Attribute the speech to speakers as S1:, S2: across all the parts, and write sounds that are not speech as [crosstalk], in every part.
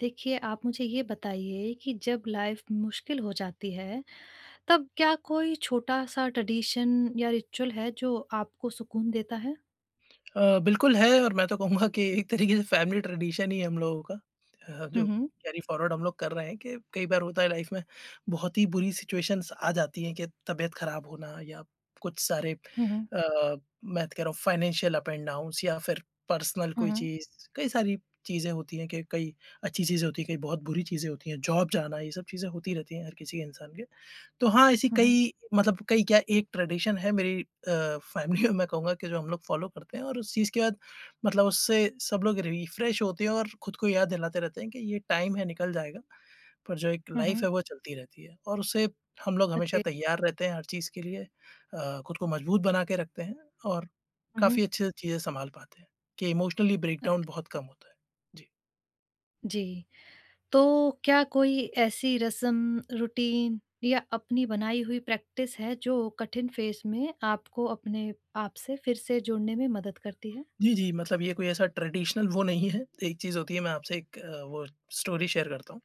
S1: देखिए, आप मुझे ये बताइए कि जब लाइफ़ मुश्किल हो जाती है, तब क्या कोई छोटा-सा ट्रेडिशन या रिचुअल है जो आपको सुकून देता है?
S2: बिल्कुल है, और मैं तो कहूँगा कि एक तरीके से फैमिली ट्रेडिशन ही है हम लोगों का।
S1: हुँ,
S2: जो
S1: हुँ।
S2: कैरी फॉरवर्ड हम लोग कर रहे हैं कि कई बार होता है लाइफ में बहुत ही बुरी सिचुएशंस आ जाती हैं कि तबीयत खराब होना या कुछ सारे
S1: हुँ, हुँ।
S2: मैं तो कह रहा हूँ फाइनेंशियल अप एंड डाउन्स या फिर पर्सनल
S1: हुँ,
S2: कोई
S1: हुँ।
S2: चीज़। कई सारी चीज़ें होती हैं कि कई अच्छी चीज़ें होती हैं, कई बहुत बुरी चीज़ें होती हैं, जॉब जाना, ये सब चीज़ें होती रहती हैं हर किसी के इंसान के। तो हाँ, ऐसी
S1: हुँ, हुँ।
S2: कई मतलब कई क्या, एक ट्रेडिशन है मेरी फैमिली में, मैं कहूँगा, कि जो हम लोग फ़ॉलो करते हैं और उस चीज़ के बाद मतलब उससे सब लोग रिफ्रेश होते हैं और खुद को याद दिलाते रहते हैं कि ये टाइम है, निकल जाएगा, पर जो एक
S1: हुँ,
S2: लाइफ़
S1: हुँ।
S2: है वो चलती रहती है, और उससे हम लोग हमेशा
S1: ओके।
S2: तैयार रहते हैं हर चीज़ के लिए। खुद को मजबूत बना के रखते हैं और
S1: हुँ,
S2: काफ़ी
S1: हुँ।
S2: अच्छे से चीज़ें सँभाल पाते हैं कि इमोशनली ब्रेकडाउन
S1: ओके।
S2: बहुत कम होता है। जी।
S1: जी। तो क्या कोई ऐसी रस्म, रूटीन या अपनी बनाई हुई प्रैक्टिस है जो कठिन फ़ेज़ में आपको अपने आप से फिर से जुड़ने में मदद करती है?
S2: जी, जी, मतलब ये कोई ऐसा ट्रेडिशनल वो नहीं है। एक चीज़ होती है, मैं आपसे एक अ, वो स्टोरी शेयर करता हूँ।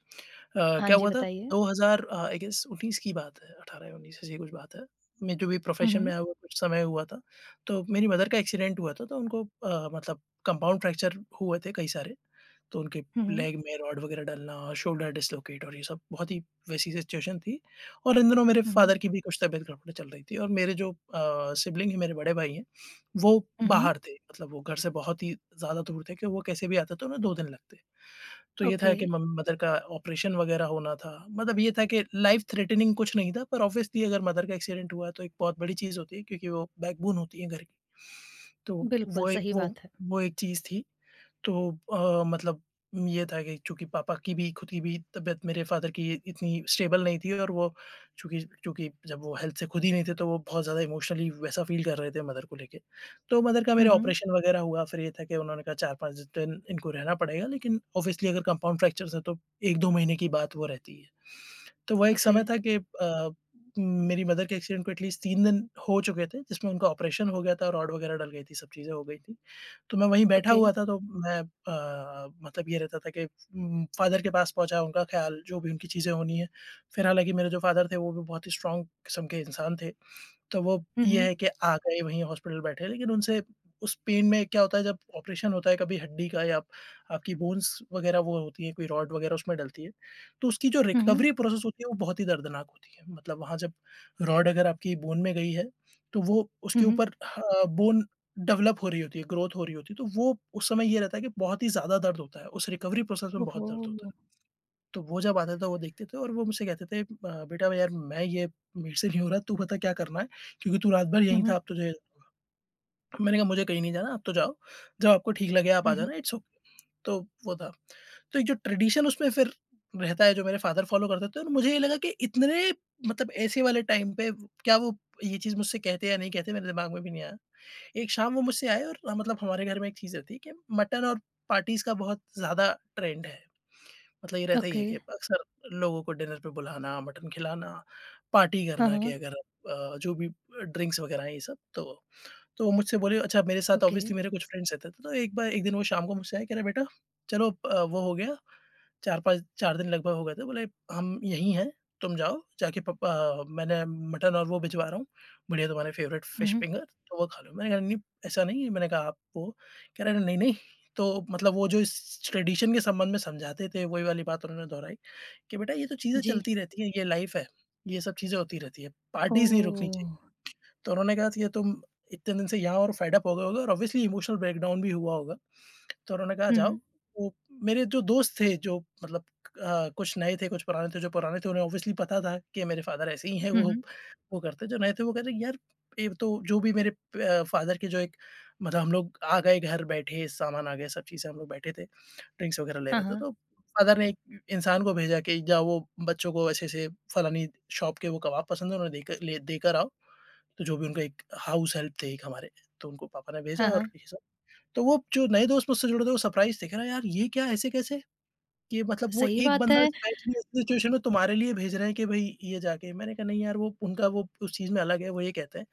S1: हाँ
S2: क्या
S1: जी,
S2: हुआ था,
S1: बताइए।
S2: 2000 आई गेस 19 की बात है, 18 या 19, ऐसी कुछ बात है। मैं जो भी
S1: हुँ,
S2: प्रोफ़ेशन में
S1: हुँ।
S2: आया हुआ कुछ समय हुआ था, तो मेरी मदर का एक्सीडेंट हुआ था। तो उनको मतलब कंपाउंड फ्रैक्चर हुए थे कई सारे, तो उनके
S1: हुँ, हुँ।
S2: लेग में रॉड वगैरह डलना और शोल्डर डिस्लोकेट, और ये सब बहुत ही वैसी सिचुएशन थी। और इन दिनों मेरे
S1: हुँ, हुँ।
S2: फादर की भी कुछ तबीयत गड़बड़ चल रही थी, और मेरे जो सिबलिंग हैं, मेरे बड़े भाई हैं, वो
S1: हुँ, हुँ।
S2: बाहर थे। मतलब वो घर से बहुत ही ज़्यादा दूर थे कि वो कैसे भी आते तो उन्हें 2 दिन लगते। तो ये
S1: ओके।
S2: था कि मम मदर का ऑपरेशन वगैरह होना था। मतलब ये था कि लाइफ़ थ्रेटनिंग कुछ नहीं था, पर ऑब्वियसली अगर मदर का एक्सीडेंट हुआ तो एक बहुत बड़ी चीज़ होती है, क्योंकि वो बैकबोन होती हैं घर की। तो
S1: बिल्कुल,
S2: वो ए
S1: सही बात है।
S2: वो एक चीज़ थी। तो मतलब ये था कि चूँकि पापा की भी, खुद की भी तबीयत, मेरे फ़ादर की इतनी स्टेबल नहीं थी, और वो चूँकि चूँकि जब वो हेल्थ से खुद ही नहीं थे, तो वो बहुत ज़्यादा इमोशनली वैसा फ़ील कर रहे थे मदर को लेके। तो मदर का
S1: हुँ,
S2: मेरे
S1: हुँ।
S2: ऑपरेशन वग़ैरह हुआ, फिर ये था कि उन्होंने कहा 4-5 दिन इनको रहना पड़ेगा, लेकिन ऑब्वियसली अगर कंपाउंड फ्रैक्चर्स हैं, तो 1-2 महीने की बात वो रहती है। तो वह एक
S1: ओके,
S2: समय था कि मेरी मदर के एक्सीडेंट को एटलीस्ट 3 दिन हो चुके थे, जिसमें उनका ऑपरेशन हो गया था, रॉड वग़ैरह डल गई थी, सब चीज़ें हो गई थी। तो मैं वहीं बैठा
S1: ओके।
S2: हुआ था। तो मैं मतलब ये रहता था कि फ़ादर के पास पहुँचा, उनका ख़्याल, जो भी उनकी चीज़ें होनी है। फिर हालाँकि मेरे जो फ़ादर थे वो भी बहुत ही स्ट्रॉन्ग किस्म के इंसान थे। तो वो
S1: हुँ,
S2: ये
S1: हुँ।
S2: है कि आ गए, वहीं हॉस्पिटल बैठे, लेकिन उनसे उस पेन में क्या होता है जब ऑपरेशन होता है कभी हड्डी का, या आप, आपकी बोन्स वगैरह वो होती है, कोई रॉड वगैरह उसमें डलती है, तो उसकी जो
S1: हुँ, हुँ।
S2: रिकवरी प्रोसेस होती है वो बहुत ही दर्दनाक होती है। मतलब वहाँ जब रॉड अगर आपकी बोन में गई है, तो वो
S1: हुँ,
S2: उसके
S1: हुँ।
S2: ऊपर ह बोन डेवलप हो रही होती है, ग्रोथ हो रही होती है, तो वो उस समय ये रहता है कि बहुत ही ज़्यादा दर्द होता है, उस रिकवरी प्रोसेस में बहुत दर्द होता
S1: ओहो!
S2: है। तो वो जब आता था वो देखते थे, और वो मुझसे कहते थे "बेटा यार, मैं ये मेरे से नहीं हो रहा, तू बता क्या करना है? क्योंकि तू रात भर
S1: हुँ,
S2: यहीं था,
S1: हुँ।
S2: अब तुझे।" मैंने कहा, "मुझे कहीं नहीं जाना, आप तो जाओ। जब आपको ठीक लगे आप आ
S1: हुँ, हुँ।
S2: जाना, इट्स ओके।" तो वो था। तो एक जो ट्रेडिशन उसमें फिर रहता है, जो मेरे फादर फ़ॉलो करते थे, और मुझे ये लगा कि इतने मतलब ऐसे वाले टाइम पे क्या वो ये चीज़ मुझसे कहते या नहीं कहते, मेरे दिमाग में भी नहीं आया। एक शाम वो मुझसे आए, और हाँ, मतलब हमारे घर में एक चीज़ रहती है कि मटन और पार्टीज़ का बहुत ज़्यादा ट्रेंड है। मतलब ये रहता ही है
S1: ओके।
S2: कि अक्सर लोगों को डिनर पे बुलाना, मटन खिलाना, पार्टी
S1: हाँ,
S2: करना, कि
S1: हाँ।
S2: अगर जो भी ड्रिंक्स वगैरह हैं, ये सब, तो वो मुझसे बोले, अच्छा, मेरे साथ
S1: ओके।
S2: ऑब्वियसली मेरे कुछ फ्रेंड्स रहते थे, तो एक बार एक दिन वो शाम को मुझसे आए, कह रहे, "बेटा चलो, वो हो गया 4-5 4 दिन लगभग हो गए थे," बोले, "हम यहीं हैं, तुम जाओ जाके पापा मैंने मटन और वो भिजवा रहा हूँ, बढ़िया, तुम्हारे फेवरेट
S1: हुँ,
S2: फिश
S1: हुँ।
S2: फिंगर, तो वो खा लो।" मैंने कहा, "नहीं ऐसा नहीं है," मैंने कहा, "आप वो।" कह रहे, "नहीं, नहीं।" तो मतलब वो जो इस ट्रेडिशन के संबंध में समझाते थे, वही वाली बात उन्होंने दोहराई कि बेटा ये तो चीज़ें
S1: जी।
S2: चलती रहती हैं, ये लाइफ है, ये सब चीज़ें होती रहती है, पार्टीज़ नहीं रुकनी
S1: ओह!
S2: चाहिए। तो उन्होंने कहा कि ये तुम इतने दिन से यहाँ हो, और फेड अप हो गए होगे, और ऑब्वियसली इमोशनल ब्रेकडाउन भी हुआ होगा। तो उन्होंने कहा
S1: हुँ,
S2: जाओ।
S1: हुँ।
S2: तो मेरे जो दोस्त थे, जो मतलब कुछ नए थे, कुछ पुराने थे, जो पुराने थे उन्हें ऑब्वियसली पता था कि मेरे फादर ऐसे ही हैं,
S1: हुँ, हुँ।
S2: वो करते हैं। जो नए थे वो कह रहे, "यार ये तो जो भी।" मेरे फादर के जो एक मतलब हम लोग आ गए घर, बैठे, सामान आ गया, सब चीज़ें, हम लोग बैठे थे, ड्रिंक्स वगैरह ले
S1: हाँ,
S2: रहे थे,
S1: हाँ।
S2: तो फादर ने एक इंसान को भेजा कि जाओ, वो बच्चों को ऐसे-ऐसे फलानी शॉप के वो कबाब पसंद है, उन्हें देकर ले देकर आओ। तो जो भी उनका एक हाउस हेल्प थे एक हमारे, तो उनको पापा ने
S1: हाँ,
S2: भेजा और
S1: हाँ।
S2: ये सब। तो वो जो नए दोस्त मुझसे जुड़े थे वो सरप्राइज़ थे, कह रहा, "यार ये क्या ऐसे कैसे? कि मतलब वो
S1: सही
S2: एक
S1: बात
S2: बंदा [laughs]
S1: है।
S2: स्पेशली इस सिचुएशन में तुम्हारे लिए भेज रहे हैं कि भई ये जाके।" मैंने कहा, "नहीं यार, वो उनका वो उस चीज़ में अलग है।" वो ये कहते हैं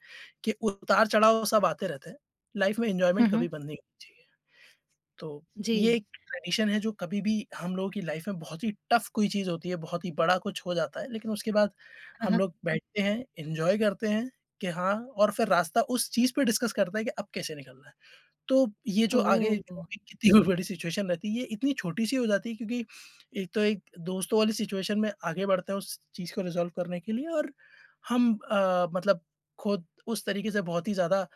S2: कि उतार-चढ़ाव सब आते रहते हैं, लाइफ़ में
S1: हुँ,
S2: एन्जॉयमेंट
S1: हुँ।
S2: कभी बंद नहीं होनी चाहिए। तो
S1: जी।
S2: ये एक ट्रेडिशन है जो कभी भी हम लोगों की लाइफ़ में बहुत ही टफ़ कोई चीज़ होती है, बहुत ही बड़ा कुछ हो जाता है, लेकिन उसके बाद
S1: हाँ,
S2: हम
S1: हाँ।
S2: लोग बैठते हैं, एन्जॉय करते हैं कि हाँ, और फिर रास्ता उस चीज़ पे डिस्कस करते हैं कि अब कैसे निकलना है। तो ये जो आगे जो
S1: ओह!
S2: भी कितनी भी बड़ी सिचुएशन रहती है, ये इतनी छोटी-सी हो जाती है, क्योंकि एक तो एक दोस्तों वाली सिचुएशन में आगे बढ़ते हैं उस चीज़ को रिज़ॉल्व करने के लिए, और हम मतलब खुद उस तरीके से बहुत ही ज़्यादा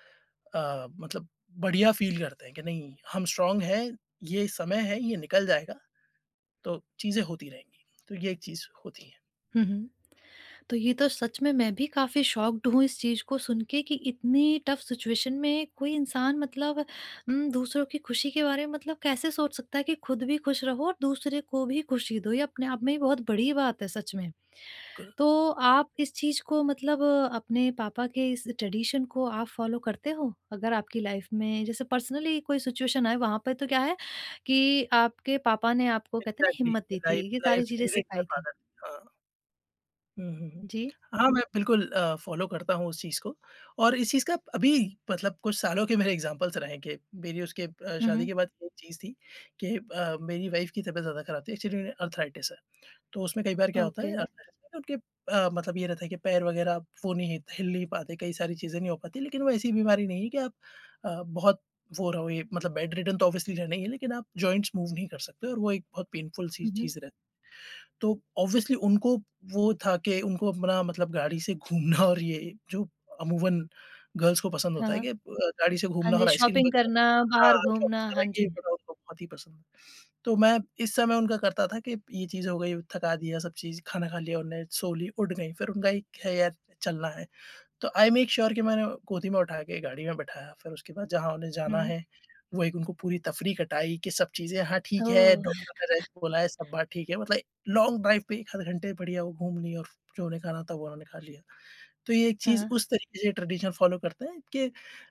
S2: मतलब बढ़िया फ़ील करते हैं कि नहीं, हम स्ट्रॉन्ग हैं, ये समय है, ये निकल जाएगा, तो चीज़ें होती रहेंगी। तो ये एक चीज़ होती है।
S1: हुँ, हुँ। तो ये तो सच में मैं भी काफ़ी शॉक्ड हूँ इस चीज़ को सुन के कि इतनी टफ सिचुएशन में कोई इंसान मतलब दूसरों की खुशी के बारे में मतलब कैसे सोच सकता है कि खुद भी खुश रहो और दूसरे को भी खुशी दो। ये अपने आप में ही बहुत बड़ी बात है सच में।
S2: बिल्कुल।
S1: तो आप इस चीज़ को मतलब अपने पापा के इस ट्रेडिशन को आप फॉलो करते हो? अगर आपकी लाइफ में जैसे पर्सनली कोई सिचुएशन आए वहाँ पे तो क्या है कि आपके पापा ने आपको कहते हैं ना
S2: एग्ज़ैक्टली,
S1: हिम्मत दी
S2: लाइफ
S1: थी, ये सारी
S2: लाइफ
S1: चीज़ें
S2: लीड बाय
S1: सिखाई थी।
S2: फादर। हाँ। हुँ, हुँ, हुँ।
S1: जी।
S2: हाँ, मैं बिल्कुल फ़ॉलो करता हूँ उस चीज़ को, और इस चीज़ का अभी मतलब कुछ सालों के मेरे एग्ज़ाम्पल्स रहे हैं कि मेरी उसके
S1: हुँ,
S2: शादी
S1: हुँ।
S2: के बाद एक चीज़ थी कि मेरी वाइफ़ की तबीयत ज़्यादा खराब थी, एक्चुअली उन्हें आर्थराइटिस है। तो उसमें कई बार क्या होता
S1: ओके।
S2: है आर्थराइटिस में, उनके मतलब ये रहता है कि पैर वग़ैरह वो नहीं हिल नहीं पाते, कई सारी चीज़ें नहीं हो पाती, लेकिन वो ऐसी बीमारी नहीं है कि आप बहुत वो रहो, ये मतलब बेड रिडन तो ऑब्वियसली रहना ही है, लेकिन आप जॉइंट्स मूव नहीं कर सकते, और वो एक बहुत पेनफुल सी
S1: हुँ, हुँ।
S2: चीज़ रह। तो ऑब्वियसली उनको वो था कि उनको अपना मतलब गाड़ी से घूमना, और ये जो अमूमन गर्ल्स को पसंद होता है
S1: हाँ।
S2: कि गाड़ी से
S1: हाँ
S2: घूमना
S1: जी,
S2: और आइसक्रीम
S1: शॉपिंग
S2: वगैरह।
S1: करना,
S2: हाँ,
S1: बाहर घूमना,
S2: शॉपिंग करना
S1: हाँ
S2: ये
S1: जी।
S2: बड़ा उनको बहुत ही पसंद है। तो मैं इस समय उनका करता था कि ये चीज़ हो गई, थका दिया सब चीज़, खाना खा लिया उन्हें, सो ली, उठ गई, फिर उनका एक है यार चलना है। तो आई मेक श्योर कि मैंने गोदी में उठा के गाड़ी में बैठाया, फिर उसके बाद जहाँ उन्हें जाना
S1: हुँ।
S2: है, वो एक उनको पूरी तफरी कटाई कि सब चीज़ें, हाँ ठीक है,
S1: ओह!
S2: डॉक्टर ने रेस्ट बोला है, सब बात ठीक है, मतलब लॉन्ग ड्राइव पे 1 आध घंटे बढ़िया वो घूम ली, और जो उन्हें खाना था वो उन्होंने खा लिया। तो ये एक चीज़
S1: हाँ,
S2: उस तरीके से ट्रेडिशन फॉलो करते हैं कि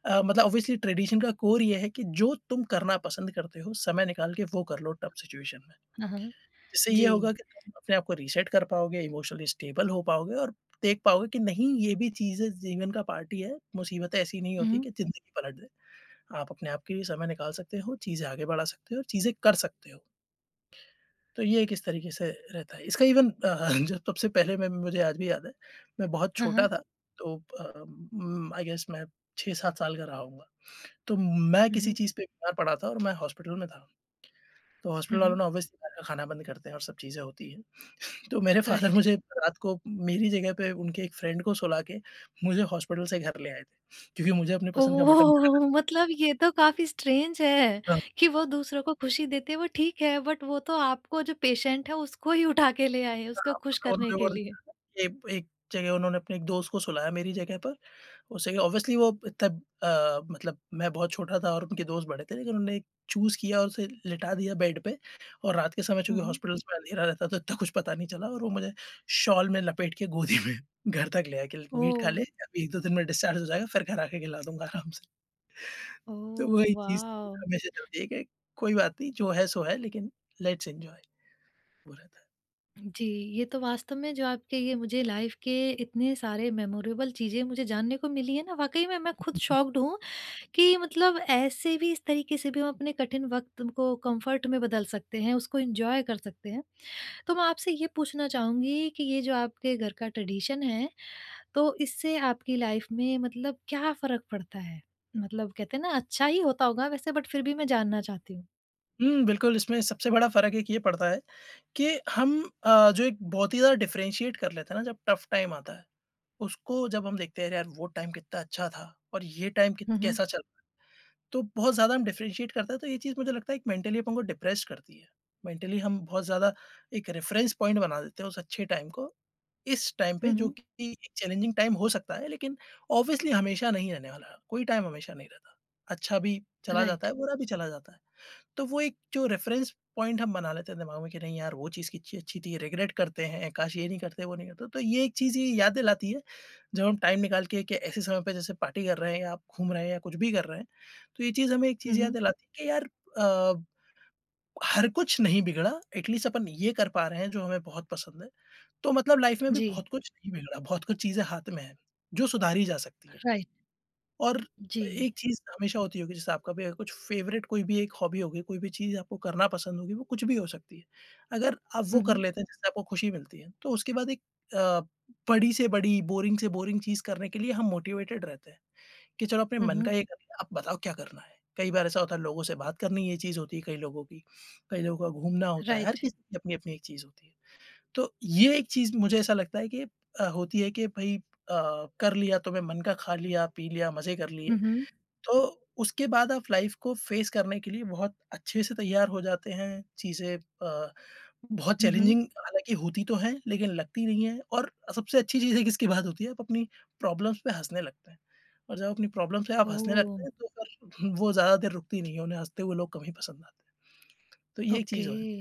S2: मतलब ऑब्वियसली ट्रेडिशन का कोर ये है कि जो तुम करना पसंद करते हो, समय निकाल के वो कर लो टफ सिचुएशन में।
S1: हाँ, हाँ।
S2: जिससे ये
S1: जी।
S2: होगा कि तुम अपने आप को रीसेट कर पाओगे, इमोशनली स्टेबल हो पाओगे और देख पाओगे कि नहीं ये भी चीज़ें जीवन का पार्ट ही है, मुसीबतें ऐसी नहीं होती
S1: हुँ,
S2: कि ज़िंदगी पलट दे। आप अपने आप के लिए समय निकाल सकते हो, चीज़ें आगे बढ़ा सकते हो, चीज़ें कर सकते हो। तो ये एक इस तरीके से रहता है। इसका इवन [laughs] जो सबसे पहले मैं मुझे आज भी याद है, मैं बहुत
S1: हाँ,
S2: छोटा
S1: हाँ।
S2: था तो आई गेस मैं 6-7 साल का रहा होऊँगा। तो मैं
S1: हुँ,
S2: किसी
S1: हुँ।
S2: चीज़ पे बीमार पड़ा था और मैं हॉस्पिटल में था। तो
S1: हुँ,
S2: हॉस्पिटल वालों
S1: हुँ।
S2: ने ऑब्वियसली घर का खाना बंद करते हैं और सब चीज़ें होती हैं। तो मेरे फादर
S1: राइट।
S2: मुझे रात को मेरी जगह पे उनके एक फ्रेंड को सुला के मुझे हॉस्पिटल से घर ले आए थे। क्योंकि मुझे अपनी पसंद का मटन
S1: ओह!
S2: खाना था।
S1: मतलब ये तो काफ़ी स्ट्रेंज है कि वो दूसरों को खुशी देते हैं, वो ठीक है, बट वो तो आपको जो पेशेंट है उसको ही उठा के ले आए हैं, उसको
S2: हाँ,
S1: खुश
S2: मतलब
S1: करने
S2: उन्होंने
S1: के
S2: वो
S1: लिए।
S2: एक एक जगह उन्होंने अपने एक दोस्त को सुलाया मेरी जगह पर। उस जगह ऑब्वियसली वो तब मतलब मैं बहुत छोटा था और उनके दोस्त बड़े थे, लेकिन उन्होंने चूज़ किया और उसे लिटा दिया बेड पे और रात के समय
S1: हुँ,
S2: चूँकि
S1: हुँ।
S2: हॉस्पिटल्स में अँधेरा रहता था, तो इतना कुछ पता नहीं चला और वो मुझे शॉल में लपेट के गोदी में घर तक ले आया कि मीट
S1: ओह!
S2: खा ले, अभी 1-2 दिन में डिस्चार्ज हो जाएगा, फिर घर आके खिला दूँगा आराम से। तो
S1: ओह,
S2: वही चीज़
S1: वाव!
S2: हमेशा चलती है कि कोई बात नहीं, जो है सो है, लेकिन लेट्स एन्जॉय वो रहता है।
S1: जी, ये तो वास्तव में जो आपके ये मुझे लाइफ़ के इतने सारे मेमोरेबल चीज़ें मुझे जानने को मिली है ना, वाक़ई में मैं खुद
S2: [laughs]
S1: शॉक्ड हूँ कि मतलब ऐसे भी, इस तरीके से भी हम अपने कठिन वक़्त को कम्फ़र्ट में बदल सकते हैं, उसको एन्जॉय कर सकते हैं। तो मैं आपसे ये पूछना चाहूँगी कि ये जो आपके घर का ट्रेडिशन है, तो इससे आपकी लाइफ़ में मतलब क्या फ़र्क पड़ता है? मतलब कहते हैं ना अच्छा ही होता होगा वैसे बट फिर भी मैं जानना चाहती हूँ।
S2: हुँ, बिल्कुल इसमें सबसे बड़ा फ़र्क एक ये पड़ता है कि हम जो एक बहुत ही ज़्यादा डिफरेंशिएट कर लेते हैं ना, जब टफ टाइम आता है, उसको जब हम देखते हैं, "अरे यार! वो टाइम कितना अच्छा था और ये टाइम कित
S1: हुँ, हुँ।
S2: कैसा चल" तो बहुत ज़्यादा हम डिफरेंशिएट करते हैं, तो ये चीज़ मुझे लगता है एक मेंटली अपन को डिप्रेस्ड करती है। मेंटली हम बहुत ज़्यादा एक रेफ़रेंस पॉइंट बना देते हैं उस अच्छे टाइम को, इस टाइम पे
S1: हुँ,
S2: जो
S1: हुँ।
S2: कि एक चैलेंजिंग टाइम हो सकता है, लेकिन ऑब्वियसली हमेशा नहीं रहने वाला, कोई टाइम हमेशा नहीं रहता। अच्छा भी चला जाता
S1: राइट।
S2: है, बुरा भी चला जाता है। तो वो एक जो रेफरेंस पॉइंट हम बना लेते हैं दिमाग में कि नहीं यार वो चीज़ कितनी अच्छी थी, रिग्रेट करते हैं, काश ये नहीं करते, वो नहीं करते। तो ये एक चीज़ ये याद दिलाती है, जब हम टाइम निकाल के कि ऐसे समय पे जैसे पार्टी कर रहे हैं या आप घूम रहे हैं या कुछ भी कर रहे हैं, तो ये चीज़ हमें एक
S1: हुँ,
S2: चीज़ याद
S1: हुँ।
S2: दिलाती है कि यार अ, हर कुछ नहीं बिगड़ा, एटलीस्ट अपन ये कर पा रहे हैं जो हमें बहुत पसंद है। तो मतलब लाइफ में भी
S1: जी,
S2: बहुत कुछ नहीं बिगड़ा, बहुत कुछ चीज़ें हाथ में हैं, जो सुधारी जा सकती हैं।
S1: राइट।
S2: और
S1: जी।
S2: एक चीज़ हमेशा होती होगी जैसे आपका भी अगर कुछ फ़ेवरेट कोई भी एक हॉबी होगी, कोई भी चीज़ आपको करना पसंद होगी, वो कुछ भी हो सकती है। अगर आप वो
S1: हुँ,
S2: कर
S1: हुँ।
S2: लेते हैं जिससे आपको खुशी मिलती है, तो उसके बाद एक अ, बड़ी से बड़ी, बोरिंग से बोरिंग चीज़ करने के लिए हम मोटिवेटेड रहते हैं कि चलो अपने
S1: हुँ,
S2: मन का
S1: हुँ।
S2: ये कर लिया, अब बताओ क्या करना है? कई बार ऐसा होता है लोगों से बात करनी ये चीज़ होती है कई लोगों की, कई लोगों का घूमना होता है, हर
S1: राइट।
S2: किसी की अपनी-अपनी एक चीज़ होती है। तो ये एक चीज़ मुझे ऐसा लगता है कि होती है कि भई कर लिया तो मैं मन का खा लिया, पी लिया, मज़े कर लिए।
S1: हुँ, हुँ।
S2: तो उसके बाद आप लाइफ़ को फ़ेस करने के लिए बहुत अच्छे से तैयार हो जाते हैं, चीज़ें बहुत
S1: हुँ, हुँ।
S2: चैलेंजिंग हालाँकि होती तो हैं, लेकिन लगती नहीं हैं और सबसे अच्छी चीज़ है कि इसके बाद होती है, आप अपनी प्रॉब्लम्स पे हँसने लगते हैं और जब अपनी प्रॉब्लम पे आप हँसने
S1: ओह!
S2: लगते हैं तो फिर वो ज़्यादा देर रुकती नहीं है, उन्हें हँसते हुए लोग कम ही पसंद आते हैं। तो ये एक चीज़
S1: ओके।
S2: हो जाती है।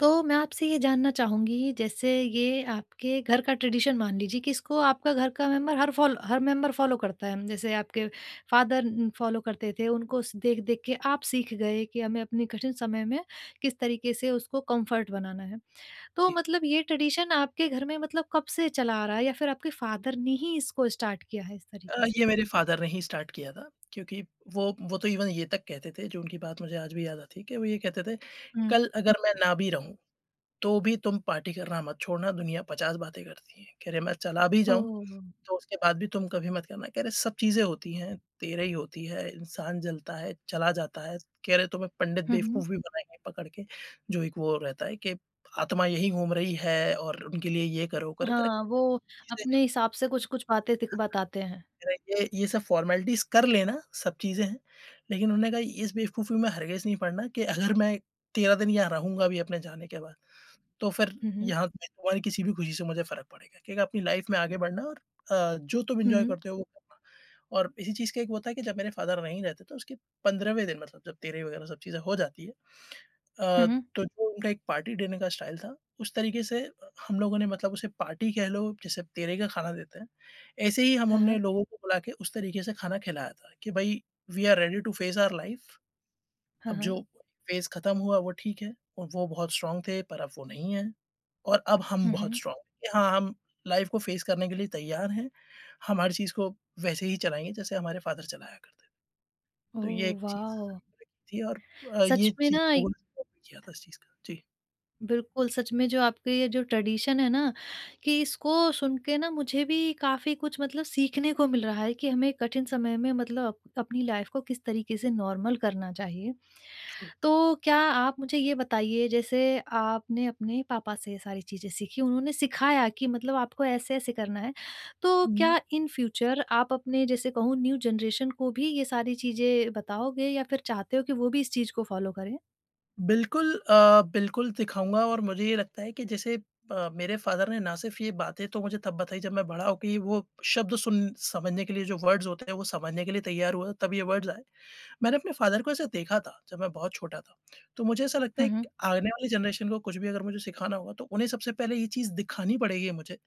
S1: तो मैं आपसे ये जानना चाहूँगी जैसे ये आपके घर का ट्रेडिशन मान लीजिए कि इसको आपका घर का मेंबर हर मेंबर फ़ॉलो करता है। जैसे आपके फादर फ़ॉलो करते थे उनको स देख-देख के आप सीख गए कि हमें अपने कठिन समय में किस तरीके से उसको कम्फ़र्ट बनाना है। तो
S2: जी।
S1: मतलब ये ट्रेडिशन आपके घर में मतलब कब से चला आ रहा है या फिर आपके फादर ने ही इसको स्टार्ट किया है इस तरीके से?
S2: ये मेरे फ़ादर ने ही स्टार्ट किया था क्योंकि वो तो इवन ये तक कहते थे, जो उनकी बात मुझे आज भी याद आती है कि वो ये कहते थे,
S1: हुँ।
S2: "कल अगर मैं ना भी रहूँ तो भी तुम पार्टी करना मत छोड़ना, दुनिया 50 बातें करती है। कह रहे मैं चला भी जाऊँ,
S1: ओह!
S2: तो उसके बाद भी तुम कभी मत करना। कह रहे सब चीज़ें होती हैं, तेरे ही होती है, इंसान जलता है, चला जाता है। कह रहे तुम्हें पंडित
S1: हुँ, हुँ।
S2: बेवकूफ़ भी बनाएँगे पकड़ के, जो एक वो रहता है कि आत्मा यहीं घूम रही है और उनके लिए ये करो, करो, कह रहे
S1: हाँ, वो
S2: चीज़ें
S1: अपने हिसाब से कुछ-कुछ बातें तिक बताते हैं।
S2: कह रहे ये सब फ़ॉर्मेलिटीज़ कर लेना, सब चीज़ें हैं। लेकिन उन्होंने कहा इस बेवकूफ़ी में हरगिज़ नहीं पड़ना कि अगर मैं 13 दिन यहाँ रहूँगा भी अपने जाने के बाद। तो फिर
S1: हुँ, हुँ।
S2: यहाँ पे तुम्हारी किसी भी खुशी से मुझे फ़र्क पड़ेगा, क्योंकि अपनी लाइफ़ में आगे बढ़ना और जो तुम
S1: हुँ,
S2: एन्जॉय
S1: हुँ।
S2: करते हो वो करना। और इसी चीज़ का एक वो था कि जब मेरे फ़ादर नहीं रहते तो उसके 15वें दिन मतलब जब 13 वगैरह सब चीज़ें हो जाती है
S1: हुँ, हुँ।
S2: तो जो उनका एक पार्टी देने का स्टाइल था, उस तरीके से हम लोगों ने मतलब उसे पार्टी कह लो, जैसे 13 का खाना देते हैं, ऐसे ही हम
S1: हाँ,
S2: उनने
S1: हाँ।
S2: लोगों को बुला के उस तरीके से खाना खिलाया था कि भाई we are ready to face our life
S1: हाँ,
S2: अब जो
S1: हाँ।
S2: फ़ेज़ ख़त्म हुआ वो ठीक है, और वो बहुत स्ट्रॉन्ग थे पर अब वो नहीं हैं और अब हम
S1: हुँ,
S2: बहुत
S1: हुँ।
S2: स्ट्रॉन्ग हैं कि हाँ, हम लाइफ़ को फ़ेस करने के लिए तैयार हैं। हम हर चीज़ को वैसे ही चलाएँगे जैसे हमारे फ़ादर चलाया करते थे। तो
S1: ओह
S2: ये एक चीज़
S1: वाओ!
S2: थी और ये
S1: सच में
S2: चीज़
S1: ना
S2: लोगों ने सपोर्ट किया था इस चीज़ का। जी,
S1: बिल्कुल, सच में जो आपके ये जो ट्रेडिशन है ना, कि इसको सुन के ना मुझे भी काफ़ी कुछ मतलब सीखने को मिल रहा है कि हमें कठिन समय में मतलब अप अपनी लाइफ़ को किस तरीके से नॉर्मल करना चाहिए।
S2: बिल्कुल।
S1: तो क्या आप मुझे ये बताइए जैसे आपने अपने पापा से ये सारी चीज़ें सीखी, उन्होंने सिखाया कि मतलब आपको ऐसे-ऐसे करना है। तो
S2: हुँ,
S1: क्या इन फ्यूचर आप अपने जैसे कहूँ न्यू जनरेशन को भी ये सारी चीज़ें बताओगे या फिर चाहते हो कि वो भी इस चीज़ को फ़ॉलो करें?
S2: बिल्कुल बिल्कुल दिखाऊँगा और मुझे ये लगता है कि जैसे मेरे फ़ादर ने ना सिर्फ़ ये बातें तो मुझे तब बताई जब मैं बड़ा हो के वो शब्द सुन समझने के लिए जो वर्ड्स होते हैं वो समझने के लिए तैयार हुआ तब ये वर्ड्स आए। मैंने अपने फादर को ऐसे देखा था जब मैं बहुत छोटा था, तो मुझे ऐसा लगता
S1: हुँ,
S2: है
S1: हुँ।
S2: कि आने वाली जनरेशन को कुछ भी अगर मुझे सिखाना होगा तो उन्हें सबसे पहले ये चीज़ दिखानी पड़ेगी मुझे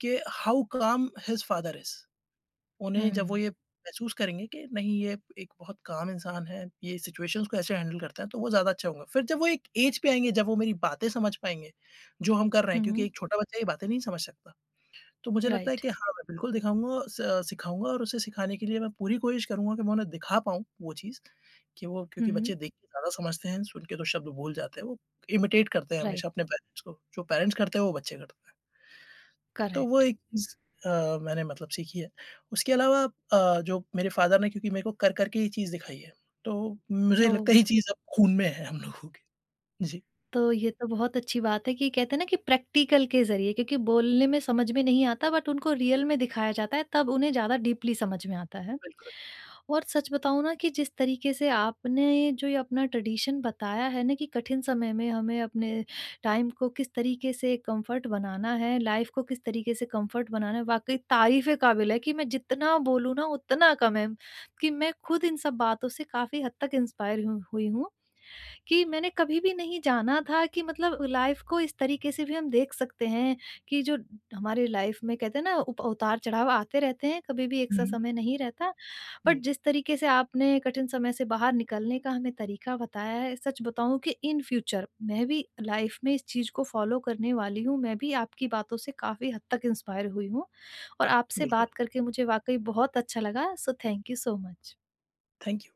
S2: कि हाउ काम हिज़ फादर इज़। उन्हें जब वो
S1: हुँ।
S2: ये महसूस करेंगे कि नहीं ये एक बहुत काम इंसान है, ये सिचुएशंस को ऐसे हैंडल करता है तो वो ज़्यादा अच्छा होगा। फिर जब वो एक एज पे आएँगे जब वो मेरी बातें समझ पाएँगे, जो हम कर रहे
S1: हुँ,
S2: हैं क्योंकि
S1: हुँ।
S2: एक छोटा बच्चा ये बातें नहीं समझ सकता। तो मुझे लगता है
S1: Right.
S2: कि हाँ, मैं बिल्कुल दिखाऊँगा स सिखाऊँगा और उसे सिखाने के लिए मैं पूरी कोशिश करूँगा कि मैं उन्हें दिखा पाऊँ वो चीज़, कि वो क्योंकि
S1: Mhm.
S2: बच्चे देख के ज़्यादा समझते हैं, सुन के तो शब्द भूल जाते हैं, वो इमिटेट करते हैं
S1: Right.
S2: हमेशा अपने पेरेंट्स को, जो पेरेंट्स करते हैं वो बच्चे करते हैं। तो वो
S1: Correct.
S2: एक चीज़ मैंने मतलब सीखी है। उसके अलावा जो मेरे फादर ने क्योंकि मेरे को कर के ये चीज़ दिखाई है, तो मुझे
S1: Oh,
S2: लगता है ये चीज़ अब खून में है हम लोगों के। जी,
S1: तो ये तो बहुत अच्छी बात है कि कहते हैं ना कि प्रैक्टिकल के ज़रिए क्योंकि बोलने में समझ में नहीं आता बट उनको रियल में दिखाया जाता है तब उन्हें ज़्यादा डीपली समझ में आता है।
S2: बिल्कुल।
S1: और सच बताऊँ ना कि जिस तरीके से आपने जो ये अपना ट्रेडिशन बताया है ना कि कठिन समय में हमें अपने टाइम को किस तरीके से कंफर्ट बनाना है, लाइफ को किस तरीके से कंफर्ट बनाना है, वाक़ई तारीफ़ काबिल है कि मैं जितना बोलूँ ना उतना कम है, कि मैं खुद इन सब बातों से काफ़ी हद तक इंस्पायर हुई हूँ। कि मैंने कभी भी नहीं जाना था कि मतलब लाइफ को इस तरीके से भी हम देख सकते हैं कि जो हमारी लाइफ में कहते हैं ना उप उतार-चढ़ाव आते रहते हैं, कभी भी एक
S2: हुँ,
S1: सा
S2: हुँ।
S1: समय नहीं रहता। बट
S2: जी,
S1: जिस तरीके से आपने कठिन समय से बाहर निकलने का हमें तरीका बताया है, सच बताऊँ कि इन फ्यूचर मैं भी लाइफ में इस चीज़ को फॉलो करने वाली हूँ। मैं भी आपकी बातों से काफ़ी हद तक इंस्पायर हुई हूँ और आपसे
S2: बिल्कुल।
S1: बात करके मुझे वाक़ई बहुत अच्छा लगा। So thank you so much.
S2: Thank you.